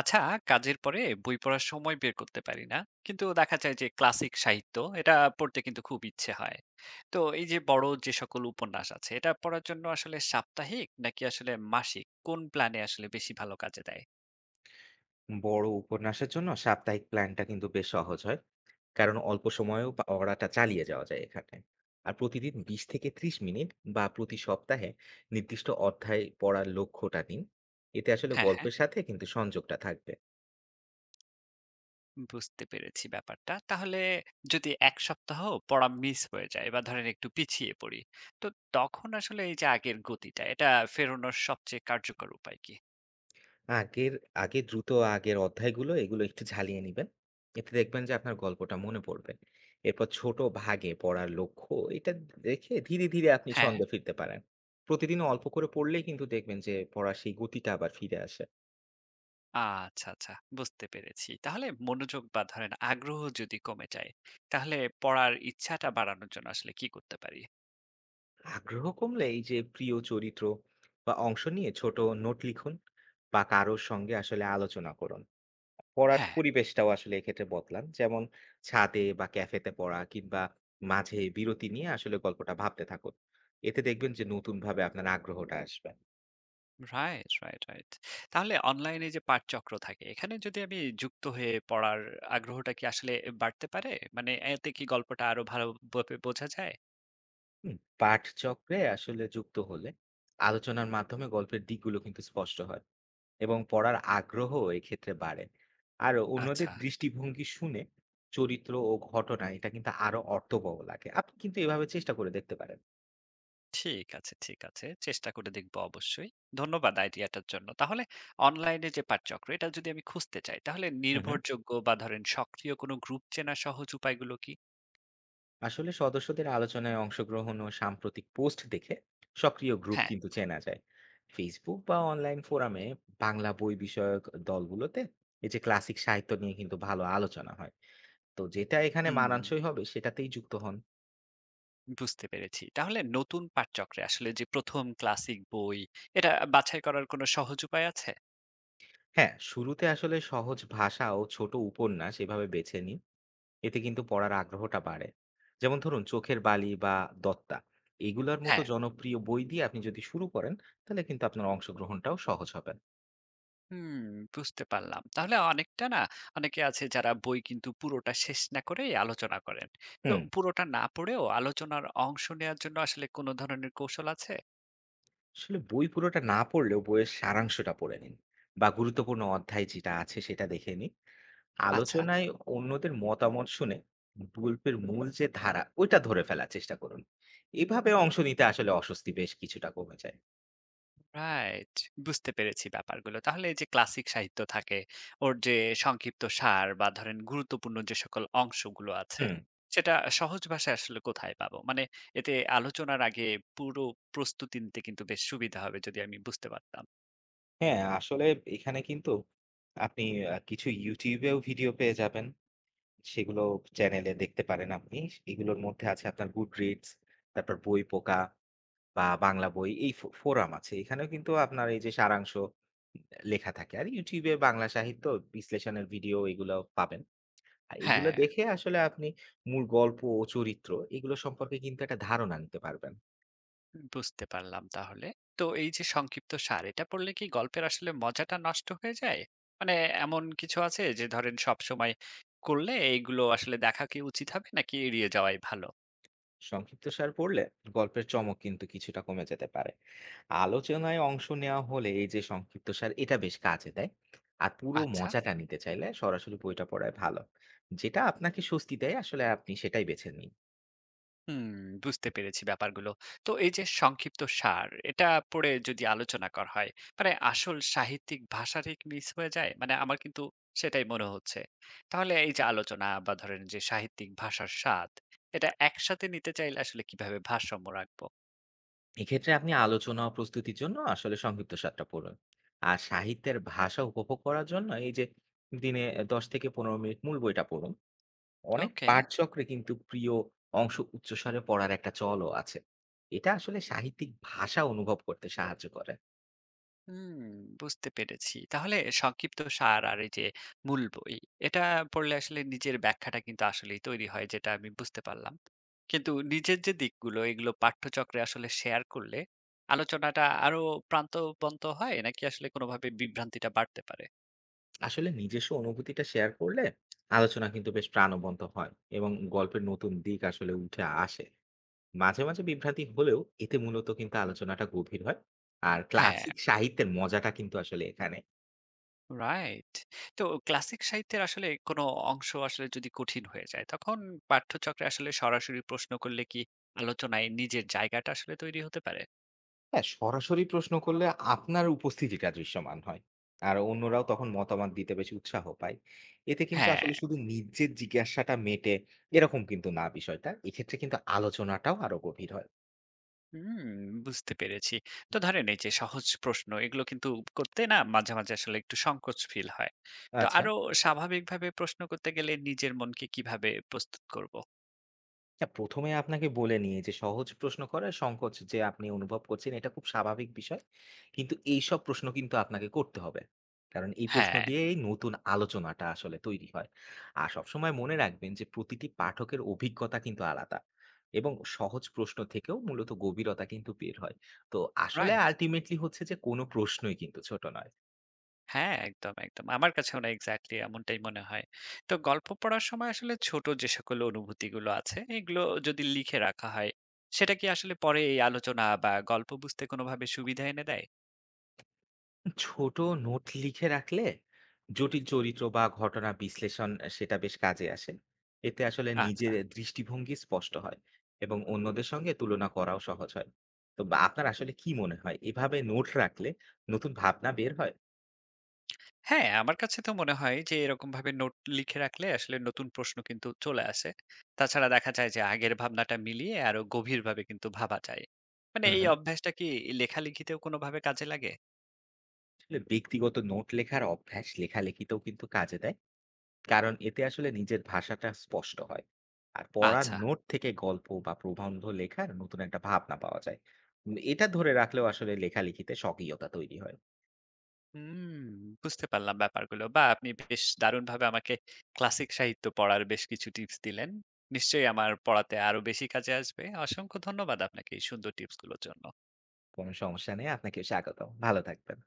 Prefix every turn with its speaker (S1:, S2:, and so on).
S1: আচ্ছা। কাজের পরে বই পড়ার সময় বের করতে পারি না, কিন্তু দেখা যায় যে ক্লাসিক সাহিত্য এটা পড়তে কিন্তু খুব ইচ্ছে হয়। তো এই যে বড় যে সকল উপন্যাস আছে, এটা পড়ার জন্য আসলে সাপ্তাহিক নাকি আসলে মাসিক কোন প্ল্যানে আসলে বেশি ভালো কাজে দেয়?
S2: বড় উপন্যাসের জন্য সাপ্তাহিক প্ল্যানটা কিন্তু বেশ সহজ হয়। কারণ অল্প সময়েও পড়াটা চালিয়ে যাওয়া যায় এখানে। আর প্রতিদিন ২০ থেকে ৩০ মিনিট বা প্রতি সপ্তাহে নির্দিষ্ট অধ্যায় পড়ার লক্ষ্যটা নিন। এতে আসলে
S1: হ্যাঁ, হ্যাঁ,
S2: গল্পের সাথে কিন্তু সংযোগটা থাকবে।
S1: বুঝতে পেরেছি ব্যাপারটা। তাহলে যদি এক সপ্তাহ পড়া মিস হয়ে যায় বা ধরেন একটু পিছিয়ে পড়ি, তো তখন আসলে এই যে আগের গতিটা, এটা ফেরানোর সবচেয়ে কার্যকর উপায় কি?
S2: আগের আগে দ্রুত আগের অধ্যায়গুলো এগুলো একটু ঝালিয়ে নেবেন। এতে দেখবেন যে আপনার গল্পটা মনে পড়বে। এরপর ছোট ভাগে পড়ার লক্ষ্য এটা রেখে ধীরে ধীরে আপনি
S1: হ্যাঁ।
S2: ছন্দে ফিরতে পারেন। প্রতিদিন অল্প করে পড়লেই কিন্তু দেখবেন যে পড়ার সেই গতিটা আবার ফিরে আসে।
S1: আচ্ছা, আচ্ছা, বুঝতে পেরেছি। তাহলে মনোযোগ বা ধরেন আগ্রহ যদি কমে যায়, তাহলে পড়ার ইচ্ছাটা বাড়ানোর জন্য আসলে কি করতে পারি?
S2: আগ্রহ কমলে এই যে প্রিয় চরিত্র বা অংশ নিয়ে ছোট নোট লিখুন বা কারোর সঙ্গে আসলে আলোচনা করুন। পড়ার
S1: হ্যাঁ,
S2: পরিবেশটাও আসলে এক্ষেত্রে বদলান। যেমন ছাদে বা ক্যাফেতে পড়া কিংবা মাঝে বিরতি নিয়ে আসলে গল্পটা ভাবতে থাকুন। এতে দেখবেন যে নতুন ভাবে আপনার আগ্রহটা আসবে।
S1: Right, right, right. তাহলে অনলাইনে যে পাঠচক্র থাকে, এখানে যদি আমি যুক্ত হয়ে পড়ার আগ্রহটা কি আসলে বাড়তে পারে? মানে এতে কি গল্পটা আরো ভালোভাবে বোঝা যায়?
S2: হুম, পাঠচক্রে আসলে যুক্ত হলে আলোচনার মাধ্যমে গল্পের দিকগুলো কিন্তু স্পষ্ট হয় এবং পড়ার আগ্রহ এক্ষেত্রে বাড়ে। আর অন্যদের
S1: আচ্ছা।
S2: দৃষ্টিভঙ্গি শুনে চরিত্র ও ঘটনা এটা কিন্তু আরো অর্থবহ লাগে। আপনি কিন্তু এভাবে চেষ্টা করে দেখতে পারেন।
S1: ঠিক আছে, ঠিক আছে, চেষ্টা করে দেখব অবশ্যই। ধন্যবাদ আইডিয়াটার জন্য। তাহলে অনলাইনে যে পাঠচক্র, এটা যদি আমি খুঁজতে চাই, তাহলে
S2: হুম, হুম।
S1: নির্ভরযোগ্য বা ধরেন সক্রিয় কোনো গ্রুপ চেনা সহজ উপায়গুলো কি?
S2: আসলে সদস্যদের আলোচনায় অংশগ্রহণ ও সাম্প্রতিক পোস্ট দেখে সক্রিয় গ্রুপ
S1: হ্যাঁ।
S2: কিন্তু চেনা যায়। Facebook বা অনলাইন ফোরামে বাংলা বই বিষয়ক দলগুলোতে এই যে ক্লাসিক সাহিত্য নিয়ে কিন্তু ভালো আলোচনা হয়। তো যেটা এখানে
S1: হুম,
S2: মানানসই হবে সেটাতেই যুক্ত হন।
S1: বুঝতে পেরেছি। তাহলে নতুন পাঠচক্রে আসলে যে ১ম ক্লাসিক বই, এটা বাছাই করার কোনো সহজ উপায় আছে?
S2: হ্যাঁ, শুরুতে আসলে সহজ ভাষা ও ছোট উপন্যাস এভাবে বেছে নিন। এতে কিন্তু পড়ার আগ্রহটা বাড়ে। যেমন ধরুন চোখের বালি বা দত্তা এগুলার মতো
S1: হ্যাঁ।
S2: জনপ্রিয় বই দিয়ে আপনি যদি শুরু করেন তাহলে কিন্তু আপনার অংশগ্রহণটাও সহজ হবে।
S1: হুম, বুঝতে পারলাম। তাহলে অনেকটা না, অনেকে আছে যারা বই কিন্তু পুরোটা শেষ না করেই আলোচনা করেন। তো
S2: হুম,
S1: পুরোটা না পড়েও আলোচনার অংশ নেয়ার জন্য আসলে কোন ধরনের কৌশল আছে?
S2: আসলে বই পুরোটা না পড়লেও বইয়ের সারাংশটা পড়ে নিন বা গুরুত্বপূর্ণ অধ্যায় যেটা আছে সেটা দেখে নিন।
S1: আচ্ছা,
S2: আলোচনায় অন্যদের মতামত শুনে গল্পের মূল যে ধারা ওইটা ধরে ফেলার চেষ্টা করুন। এভাবে অংশ নিতে আসলে অস্বস্তি বেশ কিছুটা কমে যায়।
S1: রাইট। বুঝতে পেরেছি ব্যাপারগুলো। তাহলে এই যে ক্লাসিক সাহিত্য থাকে, ওর যে সংক্ষিপ্ত সার বা ধরেন গুরুত্বপূর্ণ যে সকল অংশগুলো আছে,
S2: হুম।
S1: সেটা সহজ ভাষায় আসলে কোথায় পাবো? মানে এতে আলোচনার আগে পুরো প্রস্তুতি নিতে কিন্তু বেশ সুবিধা হবে যদি আমি বুঝতে পারতাম।
S2: হ্যাঁ, আসলে এখানে কিন্তু আপনি কিছু YouTube এও ভিডিও পেয়ে যাবেন। সেগুলো চ্যানেলে দেখতে পারেন আপনি। এগুলোর মধ্যে আছে আপনার Goodreads, তারপর বইপোকা বা বাংলা বই এই ফোরাম আছে। এখানেও কিন্তু আপনার এই যে সারাংশ লেখা থাকে। আর YouTube এ বাংলা সাহিত্য বিশ্লেষণের ভিডিও এগুলো পাবেন। আর এগুলো
S1: হ্যাঁ।
S2: দেখে আসলে আপনি মূল গল্প ও চরিত্র এগুলো সম্পর্কে কিন্তু একটা ধারণা নিতে পারবেন।
S1: বুঝতে পারলাম তাহলে। তো এই যে সংক্ষিপ্ত সার, এটা পড়লে কি গল্পের আসলে মজাটা নষ্ট হয়ে যায়? মানে এমন কিছু আছে যে ধরেন সবসময় করলে এইগুলো আসলে দেখা কি উচিত হবে নাকি এড়িয়ে যাওয়াই ভালো?
S2: সংক্ষিপ্তসার পড়লে গল্পের চমক কিন্তু কিছুটা কমে যেতে পারে। আলোচনায় অংশ নেওয়া হলে এই যে সংক্ষিপ্তসার এটা বেশ কাজে দেয়। আর পুরো
S1: আচ্ছা,
S2: মজাটা নিতে চাইলে সরাসরি বইটা পড়ায় ভালো। যেটা আপনাকে স্বস্তি দেয় আসলে আপনি সেটাই বেছে নিন।
S1: হুম, বুঝতে পেরেছি ব্যাপারগুলো। তো এই যে সংক্ষিপ্ত সার, এটা পড়ে যদি আলোচনা করা হয়, মানে আসল সাহিত্যিক ভাষাটা কি মিস হয়ে যায়? মানে আমার কিন্তু সেটাই মনে হচ্ছে। তাহলে এই যে আলোচনা বা ধরেন যে সাহিত্যিক ভাষার স্বাদ, এটা একসাথে নিতে চাইলে আসলে কিভাবে ভারসাম্য রাখবো?
S2: এক্ষেত্রে আপনি আলোচনা ও প্রস্তুতির জন্য আসলে সংক্ষিপ্তসারটা পড়ুন। আর সাহিত্যের ভাষা উপভোগ করার জন্য এই যে দিনে ১০ থেকে ১৫ মিনিট মূল বইটা পড়ুন। অনেক
S1: ওকে।
S2: পাঠচক্রে কিন্তু প্রিয় অংশ উচ্চস্বরে পড়ার একটা চলও আছে। এটা আসলে সাহিত্যিক ভাষা অনুভব করতে সাহায্য করে।
S1: হুম, বুঝতে পেরেছি। তাহলে সংক্ষিপ্ত সার আর এই যে মূল বই, এটা পড়লে আসলে নিজের ব্যাখ্যাটা কিন্তু আসলেই তৈরি হয় যেটা আমি বুঝতে পারলাম। কিন্তু নিজের যে দিকগুলো এগুলো পাঠ্যচক্রে আসলে শেয়ার করলে আলোচনাটা আরো প্রান্তবন্ত হয় নাকি আসলে কোনোভাবে বিভ্রান্তিটা বাড়তে পারে?
S2: আসলে নিজস্ব অনুভূতিটা শেয়ার করলে আলোচনা কিন্তু বেশ প্রাণবন্ত হয় এবং গল্পের নতুন দিক আসলে উঠে আসে। মাঝে মাঝে বিভ্রান্তি হলেও এতে মূলত কিন্তু আলোচনাটা গভীর হয়। আর
S1: হ্যাঁ,
S2: ক্লাসিক সাহিত্যের মজাটা কিন্তু আসলে এখানে।
S1: রাইট। তো ক্লাসিক সাহিত্যের আসলে কোনো অংশ আসলে যদি কঠিন হয়ে যায় তখন পাঠ্যচক্রে আসলে সরাসরি প্রশ্ন করলে কি আলোচনায় নিজের জায়গাটা আসলে তৈরি হতে পারে?
S2: হ্যাঁ, সরাসরি প্রশ্ন করলে আপনার উপস্থিতিটা দৃশ্যমান হয়। আর অন্যরাও তখন মতামত দিতে বেশ উৎসাহ পায়। এতে কিন্তু
S1: হ্যাঁ।
S2: আসলে শুধু নিজের জিজ্ঞাসাটা মেটে এরকম কিন্তু না, বিষয়টা এক্ষেত্রে কিন্তু আলোচনাটাও আরো গভীর হয়।
S1: হুম, বুঝতে পেরেছি। তো ধরেন এই যে সহজ প্রশ্ন এগুলো কিন্তু করতে, না মাঝে, মাঝে আসলে একটু সংকোচ ফিল হয়। তো
S2: আচ্ছা,
S1: আরো স্বাভাবিকভাবে প্রশ্ন করতে গেলে নিজের মনকে কিভাবে প্রস্তুত করব?
S2: না, ১ম এ আপনাকে বলে নিই যে সহজ প্রশ্ন করার সংকোচ যে আপনি অনুভব করছেন এটা খুব স্বাভাবিক বিষয়। কিন্তু এইসব প্রশ্ন কিন্তু আপনাকে করতে হবে। কারণ এই প্রশ্ন
S1: হ্যাঁ।
S2: দিয়েই নতুন আলোচনাটা আসলে তৈরি হয়। আর সবসময় মনে রাখবেন যে প্রতিটি পাঠকের অভিজ্ঞতা কিন্তু আলাদা। এবং সহজ প্রশ্ন থেকেও মূলত গভীরতা কিন্তু বের হয়। তো আসলে
S1: রাইট?
S2: আল্টিমেটলি হচ্ছে যে কোনো প্রশ্নই কিন্তু ছোট নয়।
S1: হ্যাঁ, একদম, একদম। আমার কাছেও না এক্সাক্টলি এমনটাই মনে হয়। তো গল্প পড়ার সময় আসলে ছোট যে সকল অনুভূতিগুলো আছে এগুলো যদি লিখে রাখা হয়, সেটা কি আসলে পরে এই আলোচনা বা গল্প বুঝতে কোনোভাবে সুবিধা এনে দেয়?
S2: ছোট নোট লিখে রাখলে জটিল চরিত্র বা ঘটনা বিশ্লেষণ সেটা বেশ কাজে আসে। এতে আসলে
S1: আচ্ছা।
S2: নিজের দৃষ্টিভঙ্গি স্পষ্ট হয় এবং অন্যদের সঙ্গে তুলনা করাও সহজ হয়। তো আপনার আসলে কি মনে হয় এভাবে নোট রাখলে নতুন ভাবনা বের হয়?
S1: হ্যাঁ, আমার কাছে তো মনে হয় যে এরকমভাবে নোট লিখে রাখলে আসলে নতুন প্রশ্ন কিন্তু চলে আসে। তাছাড়া দেখা যায় যে আগের ভাবনাটা মিলিয়ে আরো গভীরভাবে কিন্তু ভাবা যায়। মানে
S2: হুম,
S1: এই
S2: হুম।
S1: অভ্যাসটা কি লেখালেখিতেও কোনোভাবে কাজে লাগে?
S2: আসলে ব্যক্তিগত নোট লেখার অভ্যাস লেখালেখিতেও কিন্তু কাজে দেয়। কারণ এতে আসলে নিজের ভাষাটা স্পষ্ট হয়। আর পড়ার
S1: আচ্ছা।
S2: নোট থেকে গল্প বা প্রবন্ধ লেখার নতুন একটা ভাবনা পাওয়া যায়। এটা ধরে রাখলেও আসলে লেখালেখিতে স্বকীয়তা তৈরি হয়।
S1: হুম, বুঝতে পারলাম ব্যাপারগুলো। বা আপনি বেশ দারুণভাবে আমাকে ক্লাসিক সাহিত্য পড়ার বেশ কিছু টিপস দিলেন। নিশ্চয়ই আমার পড়াতে আরো বেশি কাজে আসবে। অসংখ্য ধন্যবাদ আপনাকে এই সুন্দর টিপসগুলোর জন্য।
S2: কোনো সমস্যা নেই। আপনাকে স্বাগতম। ভালো থাকবেন।